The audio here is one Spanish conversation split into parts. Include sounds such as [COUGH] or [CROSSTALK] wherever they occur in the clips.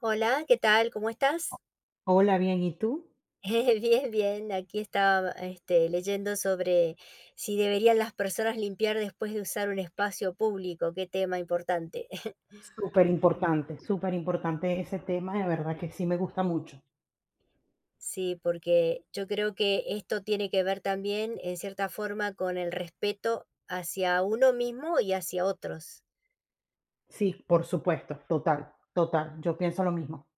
Hola, ¿qué tal? ¿Cómo estás? Hola, bien, ¿y tú? [LAUGHS] Bien, bien. Aquí estaba, leyendo sobre si deberían las personas limpiar después de usar un espacio público. Qué tema importante. [LAUGHS] Súper importante ese tema, de verdad que sí me gusta mucho. Sí, porque yo creo que esto tiene que ver también, en cierta forma, con el respeto hacia uno mismo y hacia otros. Sí, por supuesto, total, total, yo pienso lo mismo.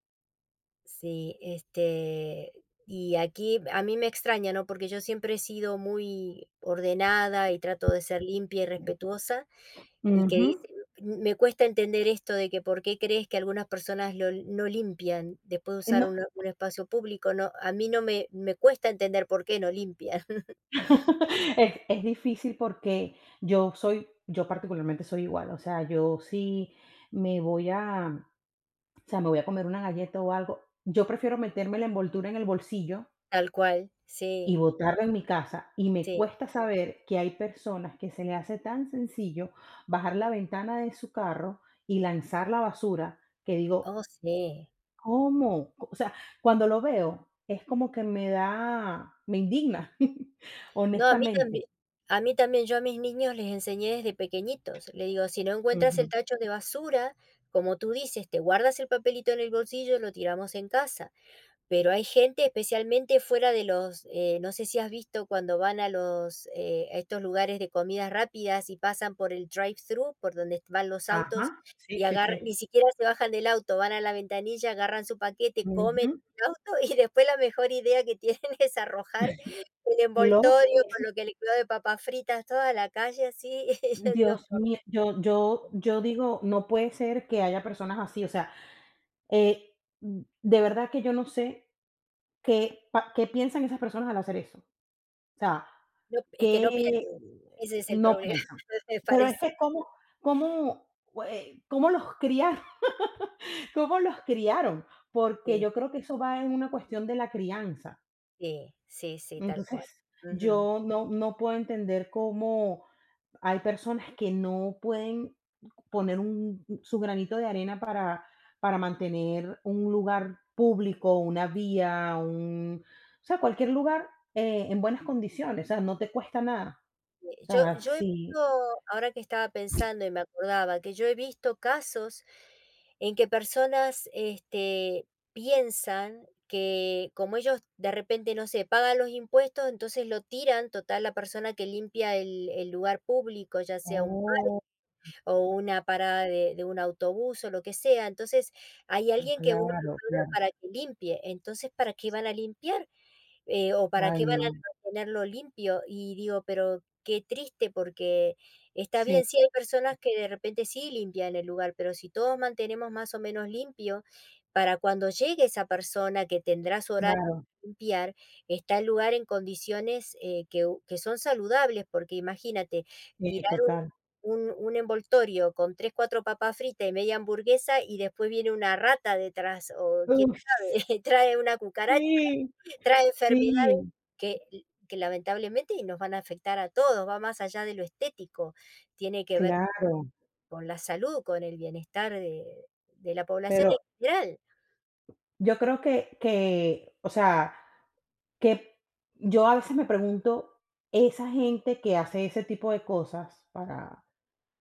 Sí, y aquí a mí me extraña, ¿no? Porque yo siempre he sido muy ordenada y trato de ser limpia y respetuosa, y que Ujú. dice, me cuesta entender esto de que por qué crees que algunas personas no limpian después de Y usar no un espacio público, no, a mí no me, me cuesta entender por qué no limpian, [LAUGHS] [LAUGHS] es difícil porque yo particularmente soy igual, o sea, yo sí me voy a o sea, me voy a comer una galleta o algo, yo prefiero meterme la envoltura en el bolsillo tal cual, y sí, botarla en mi casa, y me sí, cuesta saber que hay personas que se le hace tan sencillo bajar la ventana de su carro y lanzar la basura, que digo: oh, sí. "¿Cómo?". O sea, cuando lo veo, es como que me indigna, [LAUGHS] No, honestamente. A mí también, yo a mis niños les enseñé desde pequeñitos. Le digo, si no encuentras el Ujú. tacho de basura, como tú dices, te guardas el papelito en el bolsillo, lo tiramos en casa. Pero hay gente, especialmente fuera de los, no sé si has visto cuando van a los, a estos lugares de comidas rápidas y pasan por el drive-thru, por donde van los autos, Ajá. Sí, y sí, agarran, sí. ni siquiera se bajan del auto, van a la ventanilla, agarran su paquete, comen Ujú. en el auto y después la mejor idea que tienen [LAUGHS] es arrojar el Loco, envoltorio eso con lo que le quedó de papas fritas, toda la calle así. [LAUGHS] Y yo digo, Dios mío, yo digo: "No puede ser que haya personas así". O sea, eh, de verdad que yo no sé. ¿Qué pa qué piensan esas personas al hacer eso? O sea, no, es que no piensan, ¿qué ese es el no problema, piensan? [LAUGHS] me Pero es parece. que cómo, cómo los criaron, [LAUGHS] cómo los criaron, porque Sí, yo creo que eso va en una cuestión de la crianza. sí, sí, sí, tal cual. Entonces, Ujú. yo no puedo entender cómo hay personas que no pueden poner un su granito de arena para mantener un lugar público, una vía, un o sea, cualquier lugar, en buenas condiciones, o sea, no te cuesta nada. O yo sea, yo he sí. visto, ahora que estaba pensando y me acordaba, que yo he visto casos en que personas, piensan que como ellos de repente, no sé, pagan los impuestos, entonces lo tiran, total, la persona que limpia el lugar público, ya sea un parque Oh, o una parada de un autobús o lo que sea. Entonces, hay alguien que uno le claro, paga claro. para que limpie, entonces, ¿para qué van a limpiar? O para Ay, qué van a no. mantenerlo limpio. Y digo, pero qué triste, porque está Sí, bien, sí hay personas que de repente sí limpian el lugar, pero si todos mantenemos más o menos limpio, para cuando llegue esa persona que tendrá su horario claro, para limpiar, está el lugar en condiciones que son saludables, porque imagínate, sí, tirar total. un envoltorio con tres, cuatro papas fritas y media hamburguesa y después viene una rata detrás o quién Uf, sabe, [LAUGHS] trae una cucaracha. sí, Trae enfermedades sí, que que lamentablemente nos van a afectar a todos, va más allá de lo estético, tiene que ver claro. con la salud, con el bienestar de la población Pero en general. yo creo que, o sea, que yo a veces me pregunto, esa gente que hace ese tipo de cosas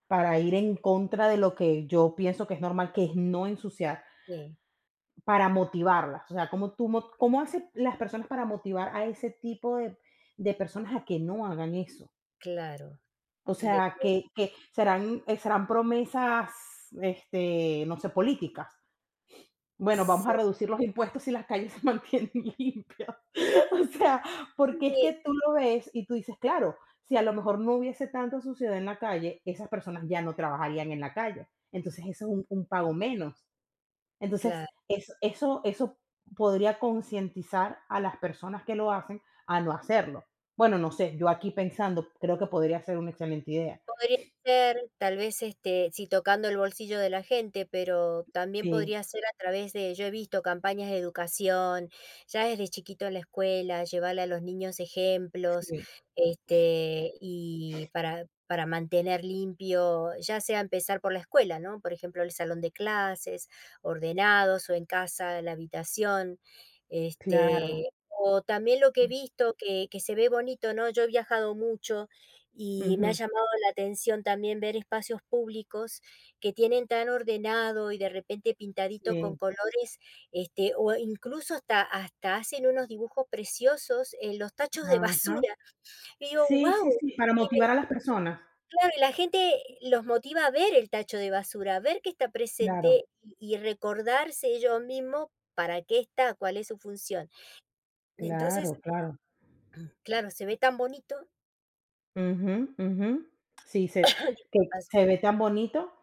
para ir en contra de lo que yo pienso que es normal, que es no ensuciar, Sí, para motivarlas. O sea, ¿cómo, cómo hacen las personas para motivar a ese tipo de personas a que no hagan eso? claro, O y de sea, que serán, serán promesas, no sé, políticas. Bueno, vamos sí, a reducir los impuestos si las calles se mantienen [LAUGHS] limpias. [LAUGHS] O sea, porque es que tú lo ves y tú dices, claro, si a lo mejor no hubiese tanta suciedad en la calle, esas personas ya no trabajarían en la calle. Entonces, eso es un pago menos. Entonces, claro. eso podría concientizar a las personas que lo hacen a no hacerlo. Bueno, no sé, yo aquí pensando, creo que podría ser una excelente idea. Podría ser, tal vez, sí, tocando el bolsillo de la gente, pero también Sí, podría ser a través de yo he visto campañas de educación, ya desde chiquito en la escuela, llevarle a los niños ejemplos, sí, y para mantener limpio, ya sea empezar por la escuela, ¿no? Por ejemplo, el salón de clases, ordenados, o en casa, la habitación, claro. O también lo que he visto que se ve bonito, ¿no? Yo he viajado mucho, y me ha Ujú, llamado la atención también ver espacios públicos que tienen tan ordenado y de repente pintadito con sí, colores, o incluso hasta hacen unos dibujos preciosos en los tachos de ajá. basura. Y digo: Sí, sí, wow. sí, para Y me motivar a las personas. Claro, y la gente los motiva a ver el tacho de basura, a ver que está Claro, presente y recordarse ellos mismos para qué está, cuál es su función. Entonces, claro, claro. claro, se ve tan bonito. Ujú, ujú. Sí, que Disculpas. se ve tan bonito,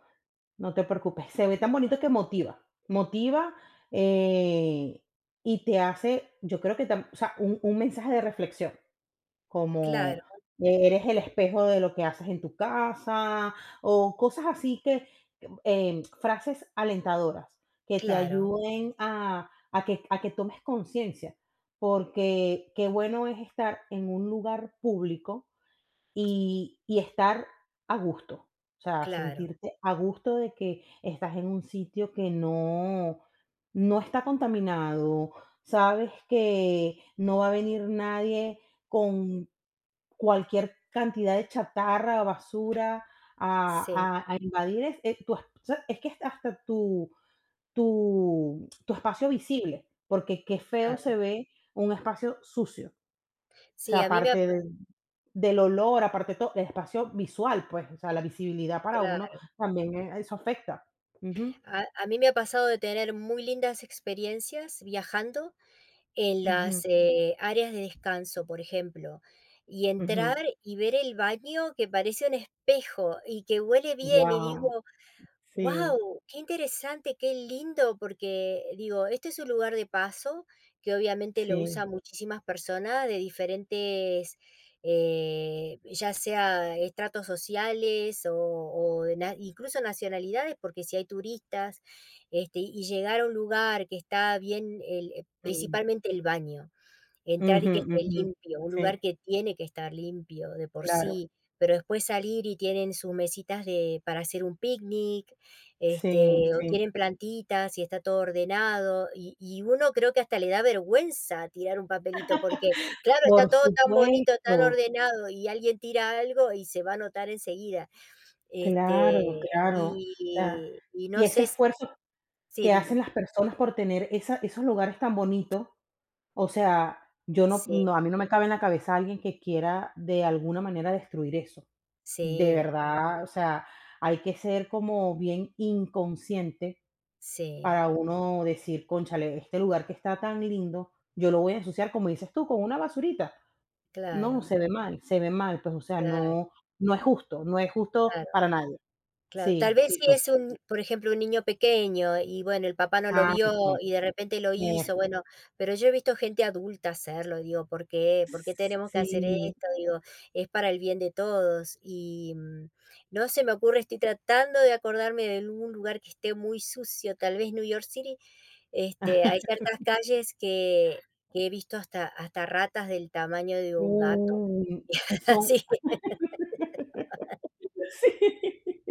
no te preocupes, se ve tan bonito que motiva, motiva, eh, y te hace, yo creo que tam o sea, un mensaje de reflexión, Claro, como eres el espejo de lo que haces en tu casa, o cosas así que, frases alentadoras que te claro, ayuden a que tomes conciencia, porque qué bueno es estar en un lugar público y estar a gusto, o sea, claro. sentirte a gusto de que estás en un sitio que no está contaminado, sabes que no va a venir nadie con cualquier cantidad de chatarra, basura Sí, a invadir es tu es o sea, es que es hasta tu tu espacio visible, porque qué feo claro. se ve un espacio sucio. O sea, Sí, a mí me ha aparte pa de del olor, aparte de todo, el espacio visual, pues, o sea, la visibilidad para uno claro, también, eso afecta. Ujú, a mí me ha pasado de tener muy lindas experiencias viajando en ujú, las, áreas de descanso, por ejemplo, y entrar ujú. y ver el baño que parece un espejo y que huele bien, y Wow. digo: Sí, Wow, qué interesante, qué lindo, porque digo, este es un lugar de paso que obviamente lo sí. usan muchísimas personas de diferentes, ya sea estratos sociales o, incluso nacionalidades, porque si hay turistas, y llegar a un lugar que está bien, Mm. principalmente el baño. Entrar y Ujú, que esté ujú. limpio, un lugar Sí, que tiene que estar limpio de por claro. sí, pero después salir y tienen sus mesitas de para hacer un picnic, Sí, o sí. tienen plantitas y está todo ordenado, y uno creo que hasta le da vergüenza tirar un papelito, porque, claro, está Por todo tan bonito, tan supuesto. ordenado, y alguien tira algo y se va a notar enseguida. Claro, claro. O sea, y y no ese sé s esfuerzo sí, que hacen dime. las personas por tener esa esos lugares tan bonitos. O sea, yo no, Sí, a mí no me cabe en la cabeza alguien que quiera de alguna manera destruir eso. De sí, verdad, o sea, hay que ser como bien inconsciente sí, para uno decir: "Cónchale, este lugar que está tan lindo, yo lo voy a ensuciar", como dices tú, con una basurita. No, claro, se ve mal, pues, o sea, claro, no es justo, no es justo claro. para nadie. Claro, tal Sí, vez sí, si total. es un, por ejemplo, un niño pequeño y bueno, el papá no lo Ah, vio okey. y de repente lo Eh, hizo, bueno, pero yo he visto gente adulta hacerlo, digo, ¿por qué? ¿Por qué tenemos que hacer sí. esto? Digo, es para el bien de todos y no se me ocurre, estoy tratando de acordarme de algún lugar que esté muy sucio, tal vez New York City, hay [LAUGHS] ciertas calles que he visto hasta ratas del tamaño de un gato. Mm, [LAUGHS] son Así. [LAUGHS] sí,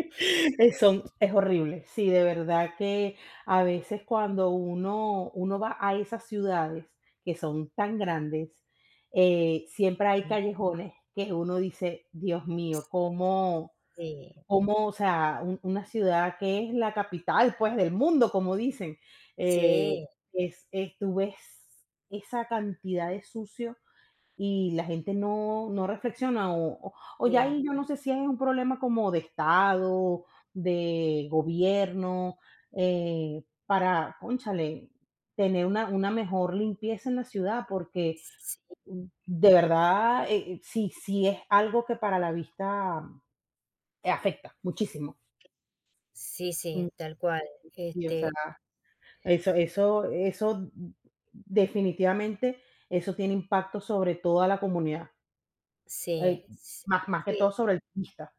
son es horrible. Sí, de verdad que a veces cuando uno va a esas ciudades que son tan grandes, siempre hay callejones que uno dice: "Dios mío, cómo Sí, cómo", o sea, un una ciudad que es la capital, pues, del mundo, como dicen, eh, sí, es tú ves esa cantidad de sucio y la gente no no reflexiona o ya ahí sí. yo no sé si es un problema como de Estado, de gobierno, para, cónchale, tener una mejor limpieza en la ciudad, porque, Sí, de verdad, sí sí es algo que para la vista, afecta muchísimo. sí, Mm, sí, tal cual. y, o sea, Este, eso definitivamente, eso tiene impacto sobre toda la comunidad, eh, sí, más más que todo sí, sobre el turista.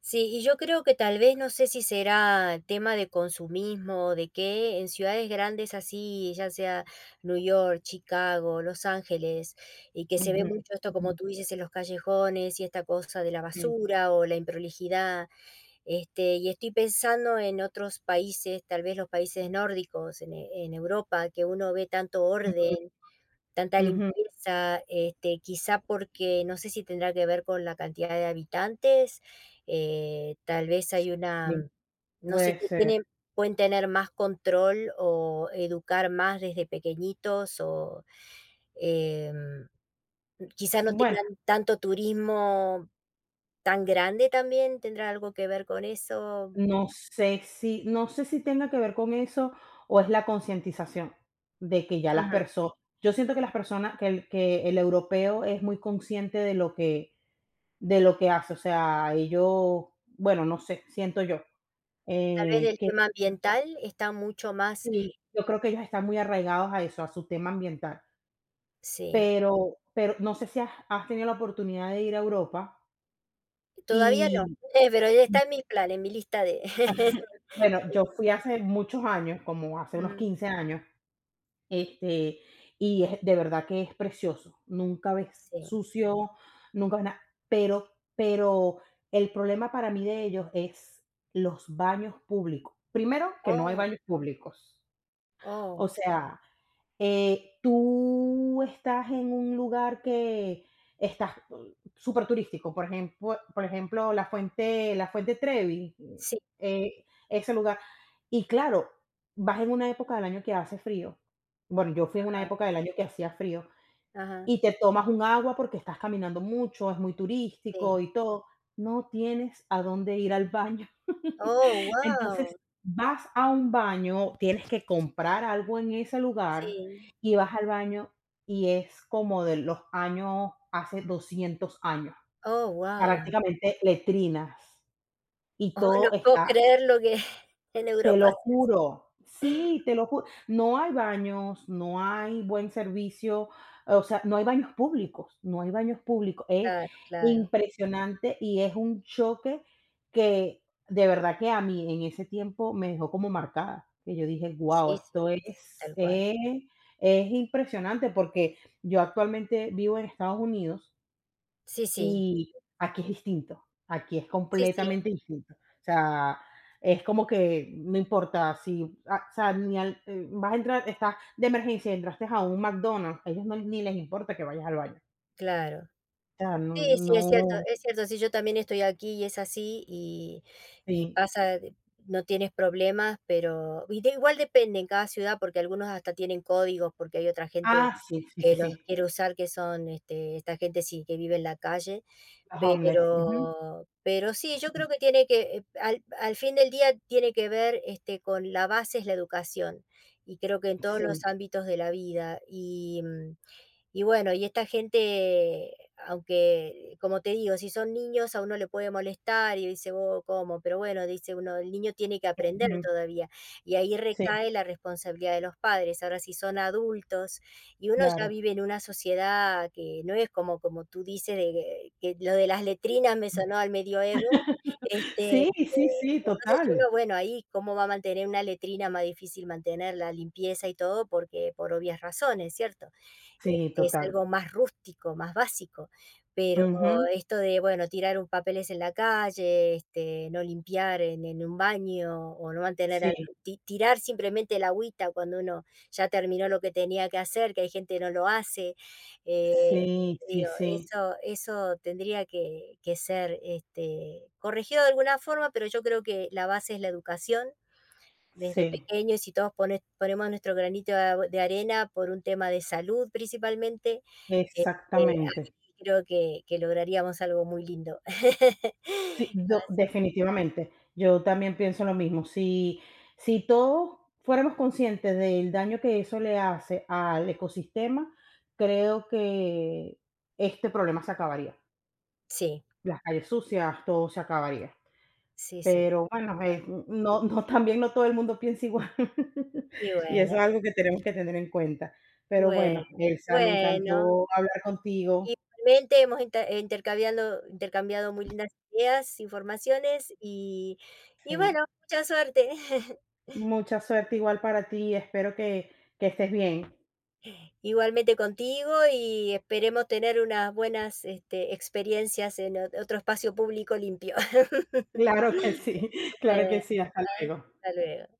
sí, y yo creo que tal vez, no sé si será tema de consumismo de que en ciudades grandes así, ya sea New York, Chicago, Los Ángeles, y que se ve Ujú, mucho esto, ujú, como tú dices, en los callejones y esta cosa de la sí, basura o la improlijidad. Y estoy pensando en otros países, tal vez los países nórdicos, en Europa, que uno ve tanto ujú, orden. Tanta ujú, limpieza, quizá porque no sé si tendrá que ver con la cantidad de habitantes, tal vez hay una, sí, no sé, puede ser. tienen, pueden tener más control o educar más desde pequeñitos o em, quizá S no bueno, tengan tanto turismo tan grande también, tendrá algo que ver con eso. No sé si tenga que ver con eso, o es la concientización de que ya las Ujú. personas, yo siento que las personas que el europeo es muy consciente de lo que hace, o sea, ellos, bueno, no sé, siento yo, Tal vez del que tema ambiental está mucho más, sí, yo creo que ellos están muy arraigados a eso, a su tema ambiental, sí. pero no sé si has tenido la oportunidad de ir a Europa Todavía no, y pero ya está en mis planes, en mi lista de [LAUGHS] bueno, yo fui hace muchos años, como hace unos Ujú, 15 años, este, y es de verdad que es precioso. Nunca ves sí. sucio, nunca ves nada, pero el problema para mí de ellos es los baños públicos. Primero, que no hay Oh, baños públicos. O oh, sea, tú estás en un lugar que estás súper turístico, por ejemplo, la Fuente Trevi, sí, ese lugar. Y claro, vas en una época del año que hace frío. Bueno, yo fui en una ajá, época del año que hacía frío ajá, y te tomas un agua porque estás caminando mucho, es muy sí. turístico y todo. No tienes a dónde ir al baño. Oh, [LAUGHS] wow, Entonces, vas a un baño, tienes que comprar algo en ese lugar sí. y vas al baño y es como de los años, hace 200 años, Oh, wow, [LAUGHS] prácticamente letrinas y Oh, no todo puedo está, creer lo que [LAUGHS] en te Europa lo se juro. hace. Sí, te lo juro. No hay baños, no hay buen servicio, o sea, no hay baños públicos, no hay baños públicos. Es Claro, claro. impresionante y es un choque que de verdad que a mí en ese tiempo me dejó como marcada, que yo dije: "Guau, Sí, sí, esto sí, es tal cual. es es impresionante", porque yo actualmente vivo en Estados Unidos Sí, sí, y aquí es distinto, aquí es sí, sí, completamente distinto. O sea, es como que no importa si, ah, o sea, ni al vas a entrar, estás de emergencia, entraste a un McDonald's, a ellos ni les importa que vayas al baño. claro. O sea, Sí, sí, es cierto, no es cierto. Sí, yo también estoy aquí y es así y sí. pasa, de no tienes problemas, pero y de igual depende en cada ciudad, porque algunos hasta tienen códigos, porque hay otra gente Ah, sí, sí, sí, que los sí, quiere usar, que son, esta gente sí, que vive en la calle, los homeless, ujú, pero sí, yo sí, creo que tiene que, al fin del día tiene que ver, con la base es la educación, y creo que en todos los sí, ámbitos de la vida, y bueno, y esta gente, aunque, como te digo, si son niños a uno le puede molestar y dice, oh, ¿cómo? Pero bueno, dice uno, el niño tiene que aprender ujú, todavía. Y ahí sí, recae la responsabilidad de los padres. Ahora, si son adultos y uno ya claro. vive en una sociedad que no es como, como tú dices, que lo de las letrinas me sonó al medioevo, este, eh, Sí, sí, sí, entonces total. uno, bueno, ahí cómo va a mantener una letrina más difícil mantener la limpieza y todo, porque por obvias razones, ¿cierto? Sí, Es total. algo más rústico, más básico, pero Ujú, esto de, bueno, tirar un papeles en la calle, no limpiar en, un baño o no mantener, sí, tirar simplemente el agüita cuando uno ya terminó lo que tenía que hacer, que hay gente que no lo hace, eh, sí, sí, digo, sí, eso tendría que ser corregido de alguna forma, pero yo creo que la base es la educación desde sí, pequeños, y si todos ponemos nuestro granito de arena por un tema de salud principalmente, eh, exactamente. ahí creo que lograríamos algo muy lindo. [LAUGHS] Sí, do Así- definitivamente. Yo también pienso lo mismo. Si si todos fuéramos conscientes del daño que eso le hace al ecosistema, creo que este problema se acabaría. sí, Las calles sucias, todo se acabaría. sí, sí. Pero bueno, también no todo el mundo piensa igual. [LAUGHS] Y Y eso es bueno, algo que tenemos que tener en cuenta. Pero bueno, bueno, Elsa, me bueno. encantó hablar contigo. Igualmente hemos intercambiado muy lindas ideas, informaciones y Sí. bueno, mucha suerte. [LAUGHS] Mucha suerte igual para ti. Espero que estés bien. Igualmente contigo y esperemos tener unas buenas, experiencias en o otro espacio público limpio. [LAUGHS] Claro que sí, claro que Eh, sí, hasta luego. hasta luego.